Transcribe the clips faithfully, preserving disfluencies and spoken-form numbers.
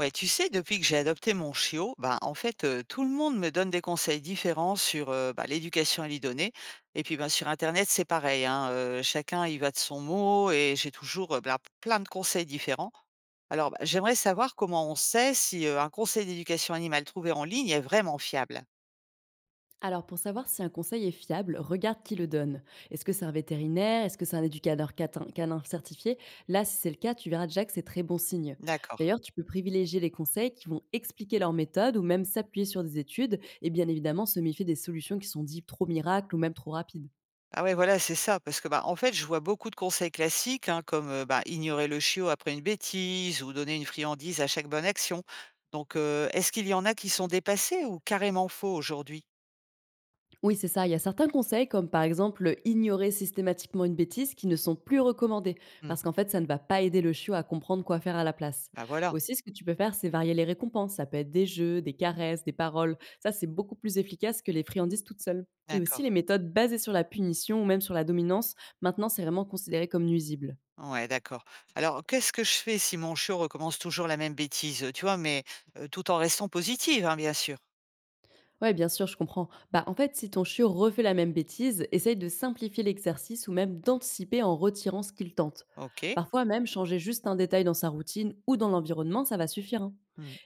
Ouais, tu sais, depuis que j'ai adopté mon chiot, bah, en fait, euh, tout le monde me donne des conseils différents sur euh, bah, l'éducation à lui donner. Et puis, bah, sur Internet, c'est pareil, hein, euh, chacun y va de son mot et j'ai toujours euh, plein plein de conseils différents. Alors, bah, j'aimerais savoir comment on sait si euh, un conseil d'éducation animale trouvé en ligne est vraiment fiable. Alors, pour savoir si un conseil est fiable, regarde qui le donne. Est-ce que c'est un vétérinaire? Est-ce que c'est un éducateur catin- canin certifié? Là, si c'est le cas, tu verras déjà que c'est très bon signe. D'accord. D'ailleurs, tu peux privilégier les conseils qui vont expliquer leur méthode ou même s'appuyer sur des études, et bien évidemment se méfier des solutions qui sont dites trop miracles ou même trop rapides. Ah ouais, voilà, c'est ça. Parce que, bah, en fait, je vois beaucoup de conseils classiques, hein, comme euh, bah, ignorer le chiot après une bêtise ou donner une friandise à chaque bonne action. Donc, euh, est-ce qu'il y en a qui sont dépassés ou carrément faux aujourd'hui? Oui, c'est ça. Il y a certains conseils, comme par exemple euh, ignorer systématiquement une bêtise, qui ne sont plus recommandés, Hmm, parce qu'en fait, ça ne va pas aider le chiot à comprendre quoi faire à la place. Bah voilà, Aussi, ce que tu peux faire, c'est varier les récompenses. Ça peut être des jeux, des caresses, des paroles. Ça, c'est beaucoup plus efficace que les friandises toutes seules. Et d'accord. aussi, les méthodes basées sur la punition ou même sur la dominance, maintenant, c'est vraiment considéré comme nuisible. Ouais, d'accord. Alors, qu'est-ce que je fais si mon chiot recommence toujours la même bêtise, tu vois, mais euh, tout en restant positive, hein, bien sûr. Ouais, bien sûr, je comprends. Bah, en fait, si ton chiot refait la même bêtise, essaye de simplifier l'exercice ou même d'anticiper en retirant ce qu'il tente. Ok. Parfois même, changer juste un détail dans sa routine ou dans l'environnement, ça va suffire, hein.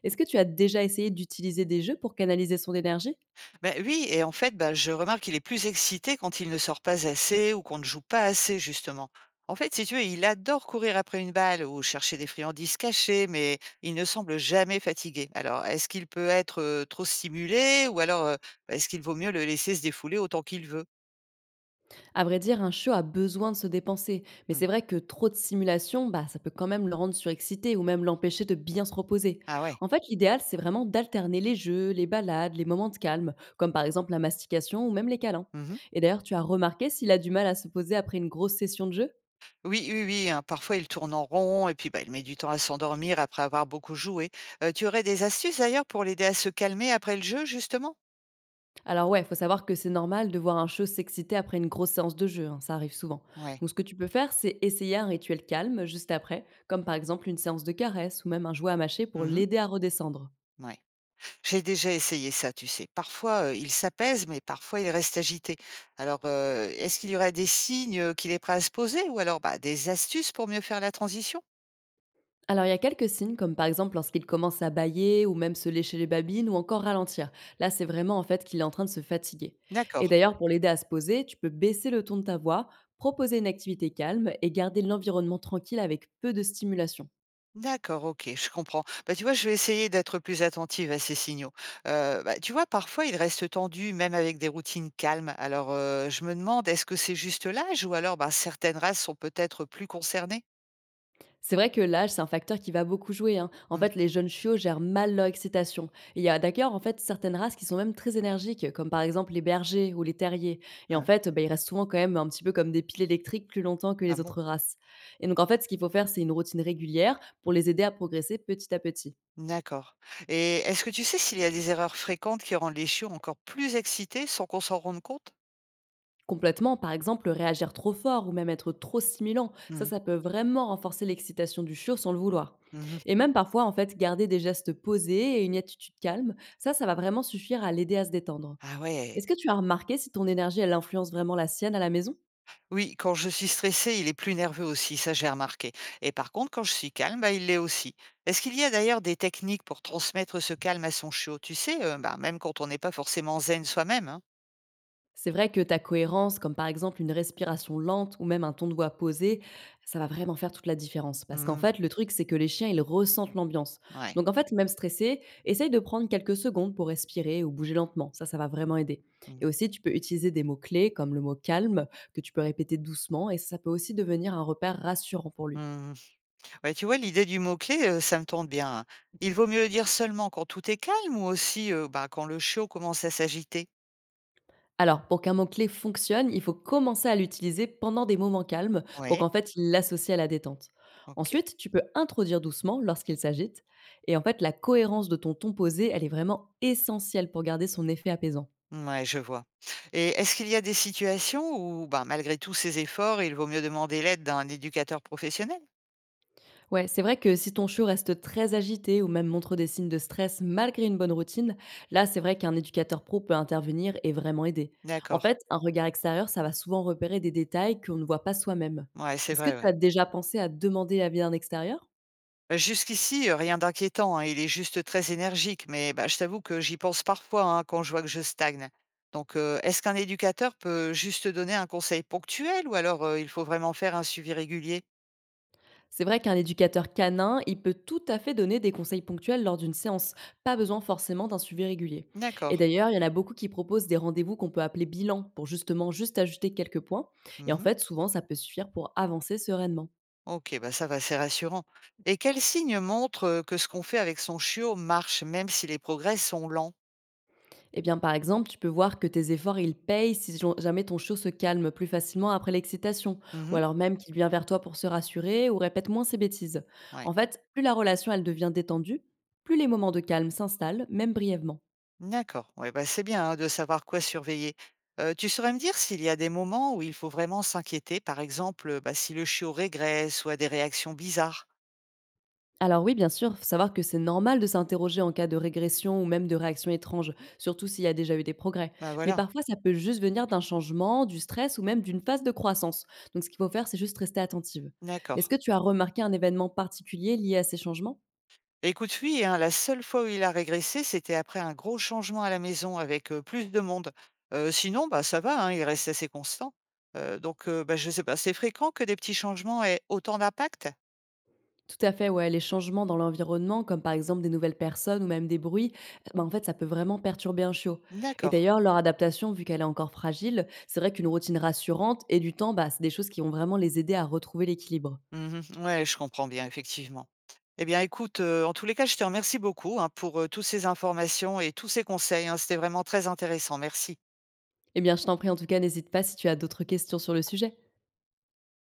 Est-ce que tu as déjà essayé d'utiliser des jeux pour canaliser son énergie? Ben oui, et en fait, bah, je remarque qu'il est plus excité quand il ne sort pas assez ou qu'on ne joue pas assez, justement. En fait, si tu veux, il adore courir après une balle ou chercher des friandises cachées, mais il ne semble jamais fatigué. Alors, est-ce qu'il peut être euh, trop stimulé ou alors euh, bah, est-ce qu'il vaut mieux le laisser se défouler autant qu'il veut? À vrai dire, un chiot a besoin de se dépenser, mais Hmm. c'est vrai que trop de stimulation, bah, ça peut quand même le rendre surexcité ou même l'empêcher de bien se reposer. Ah ouais. En fait, l'idéal, c'est vraiment d'alterner les jeux, les balades, les moments de calme, comme par exemple la mastication ou même les câlins. Mhm. Et d'ailleurs, tu as remarqué s'il a du mal à se poser après une grosse session de jeu? Oui, oui, oui, hein. Parfois, il tourne en rond et puis bah, il met du temps à s'endormir après avoir beaucoup joué. Euh, tu aurais des astuces d'ailleurs pour l'aider à se calmer après le jeu, justement? Alors ouais, il faut savoir que c'est normal de voir un chiot s'exciter après une grosse séance de jeu, hein, ça arrive souvent. Ouais. Donc ce que tu peux faire, c'est essayer un rituel calme juste après, comme par exemple une séance de caresse ou même un jouet à mâcher pour Mhm. l'aider à redescendre. Ouais. J'ai déjà essayé ça, tu sais. Parfois, heu, il s'apaise, mais parfois il reste agité. Alors, heu, est-ce qu'il y aurait des signes, heu, qu'il est prêt à se poser ou alors, bah, des astuces pour mieux faire la transition? Alors, il y a quelques signes, comme par exemple lorsqu'il commence à bâiller ou même se lécher les babines ou encore ralentir. Là, c'est vraiment en fait qu'il est en train de se fatiguer. Et D'accord, d'ailleurs, pour l'aider à se poser, tu peux baisser le ton de ta voix, proposer une activité calme et garder l'environnement tranquille avec peu de stimulation. d'accord, OK, je comprends. Bah, tu vois, je vais essayer d'être plus attentive à ces signaux. Heu, bah, tu vois, parfois il reste tendu même avec des routines calmes. Alors, heu, je me demande, est-ce que c'est juste l'âge ou alors, bah, certaines races sont peut-être plus concernées? C'est vrai que l'âge, c'est un facteur qui va beaucoup jouer, hein. En Mmh. fait, les jeunes chiots gèrent mal leur excitation. Et il y a d'ailleurs, en fait, certaines races qui sont même très énergiques, comme par exemple les bergers ou les terriers. Et en Ah, fait, bah, ils restent souvent quand même un petit peu comme des piles électriques plus longtemps que ah les bon? autres races. Et donc, en fait, ce qu'il faut faire, c'est une routine régulière pour les aider à progresser petit à petit. D'accord, et est-ce que tu sais s'il y a des erreurs fréquentes qui rendent les chiots encore plus excités sans qu'on s'en rende compte? Complètement, par exemple, réagir trop fort ou même être trop stimulant, ça, Mmh. ça peut vraiment renforcer l'excitation du chiot sans le vouloir. Mmh. Et même parfois, en fait, garder des gestes posés et une attitude calme, ça, ça va vraiment suffire à l'aider à se détendre. Ah ouais. Est-ce que tu as remarqué si ton énergie, elle influence vraiment la sienne à la maison? Oui, quand je suis stressée, il est plus nerveux aussi, ça j'ai remarqué. Et par contre, quand je suis calme, bah, il l'est aussi. Est-ce qu'il y a d'ailleurs des techniques pour transmettre ce calme à son chiot? Tu sais, heu, bah, même quand on n'est pas forcément zen soi-même, hein? C'est vrai que ta cohérence, comme par exemple une respiration lente ou même un ton de voix posé, ça va vraiment faire toute la différence. Parce qu'en Mmh, fait, le truc, c'est que les chiens, ils ressentent l'ambiance. ouais. Donc en fait, même stressé, essaye de prendre quelques secondes pour respirer ou bouger lentement. Ça, ça va vraiment aider. Mmh. Et aussi, tu peux utiliser des mots-clés comme le mot calme, que tu peux répéter doucement, et ça peut aussi devenir un repère rassurant pour lui. Mmh. Ouais, tu vois, l'idée du mot-clé, heu, ça me tente bien, hein. Il vaut mieux le dire seulement quand tout est calme ou aussi, heu, bah, quand le chiot commence à s'agiter? Alors, pour qu'un mot-clé fonctionne, il faut commencer à l'utiliser pendant des moments calmes pour Ouais. qu'en fait, il l'associe à la détente. OK. Ensuite, tu peux introduire doucement lorsqu'il s'agite. Et en fait, la cohérence de ton ton posé, elle est vraiment essentielle pour garder son effet apaisant. Ouais, je vois, et est-ce qu'il y a des situations où, ben, malgré tous ces efforts, il vaut mieux demander l'aide d'un éducateur professionnel? Ouais, c'est vrai que si ton chiot reste très agité ou même montre des signes de stress malgré une bonne routine, là, c'est vrai qu'un éducateur pro peut intervenir et vraiment aider. En D'accord. fait, un regard extérieur, ça va souvent repérer des détails qu'on ne voit pas soi-même. Ouais, c'est Est-ce que vrai, tu ouais. as déjà pensé à demander l'avis d'un extérieur? Bah, jusqu'ici, heu, rien d'inquiétant, hein, il est juste très énergique, mais, bah, je t'avoue que j'y pense parfois, hein, quand je vois que je stagne. Donc, heu, est-ce qu'un éducateur peut juste donner un conseil ponctuel ou alors, heu, il faut vraiment faire un suivi régulier? C'est vrai qu'un éducateur canin, il peut tout à fait donner des conseils ponctuels lors d'une séance, pas besoin forcément d'un suivi régulier. Et D'accord. d'ailleurs, il y en a beaucoup qui proposent des rendez-vous qu'on peut appeler bilan pour justement juste ajouter quelques points. Et en Mmh. fait, souvent, ça peut suffire pour avancer sereinement. OK, bah, ça va, c'est rassurant. Et quels signes montrent, heu, que ce qu'on fait avec son chiot marche, même si les progrès sont lents? Eh bien, par exemple, tu peux voir que tes efforts, ils payent si jo- jamais ton chiot se calme plus facilement après l'excitation, ou Mmh. alors même qu'il vient vers toi pour se rassurer ou répète moins ses bêtises. Ouais. En fait, plus la relation, elle devient détendue, plus les moments de calme s'installent, même brièvement. D'accord. Ouais, bah, c'est bien, hein, de savoir quoi surveiller. Heu, tu saurais me dire s'il y a des moments où il faut vraiment s'inquiéter? Par exemple, bah, si le chiot régresse ou a des réactions bizarres? Alors oui, bien sûr, faut savoir que c'est normal de s'interroger en cas de régression ou même de réaction étrange, surtout s'il y a déjà eu des progrès. Bah, Mais voilà. parfois, ça peut juste venir d'un changement, du stress ou même d'une phase de croissance. Donc ce qu'il faut faire, c'est juste rester attentive. D'accord. Est-ce que tu as remarqué un événement particulier lié à ces changements? Écoute, oui, hein, la seule fois où il a régressé, c'était après un gros changement à la maison avec heu, plus de monde. Heu, sinon, bah, ça va, hein, il reste assez constant. Heu, donc heu, bah, je sais pas, c'est fréquent que des petits changements aient autant d'impact? Tout à fait, ouais, les changements dans l'environnement, comme par exemple des nouvelles personnes ou même des bruits, ben en fait, ça peut vraiment perturber un chiot. Et D'accord. d'ailleurs, leur adaptation, vu qu'elle est encore fragile, c'est vrai qu'une routine rassurante et du temps, bah, c'est des choses qui vont vraiment les aider à retrouver l'équilibre. Mmh. Ouais, je comprends bien, effectivement. Eh bien, écoute, heu, en tous les cas, je te remercie beaucoup, hein, pour, heu, toutes ces informations et tous ces conseils, hein. C'était vraiment très intéressant. Merci. Eh bien, je t'en prie, en tout cas, n'hésite pas si tu as d'autres questions sur le sujet.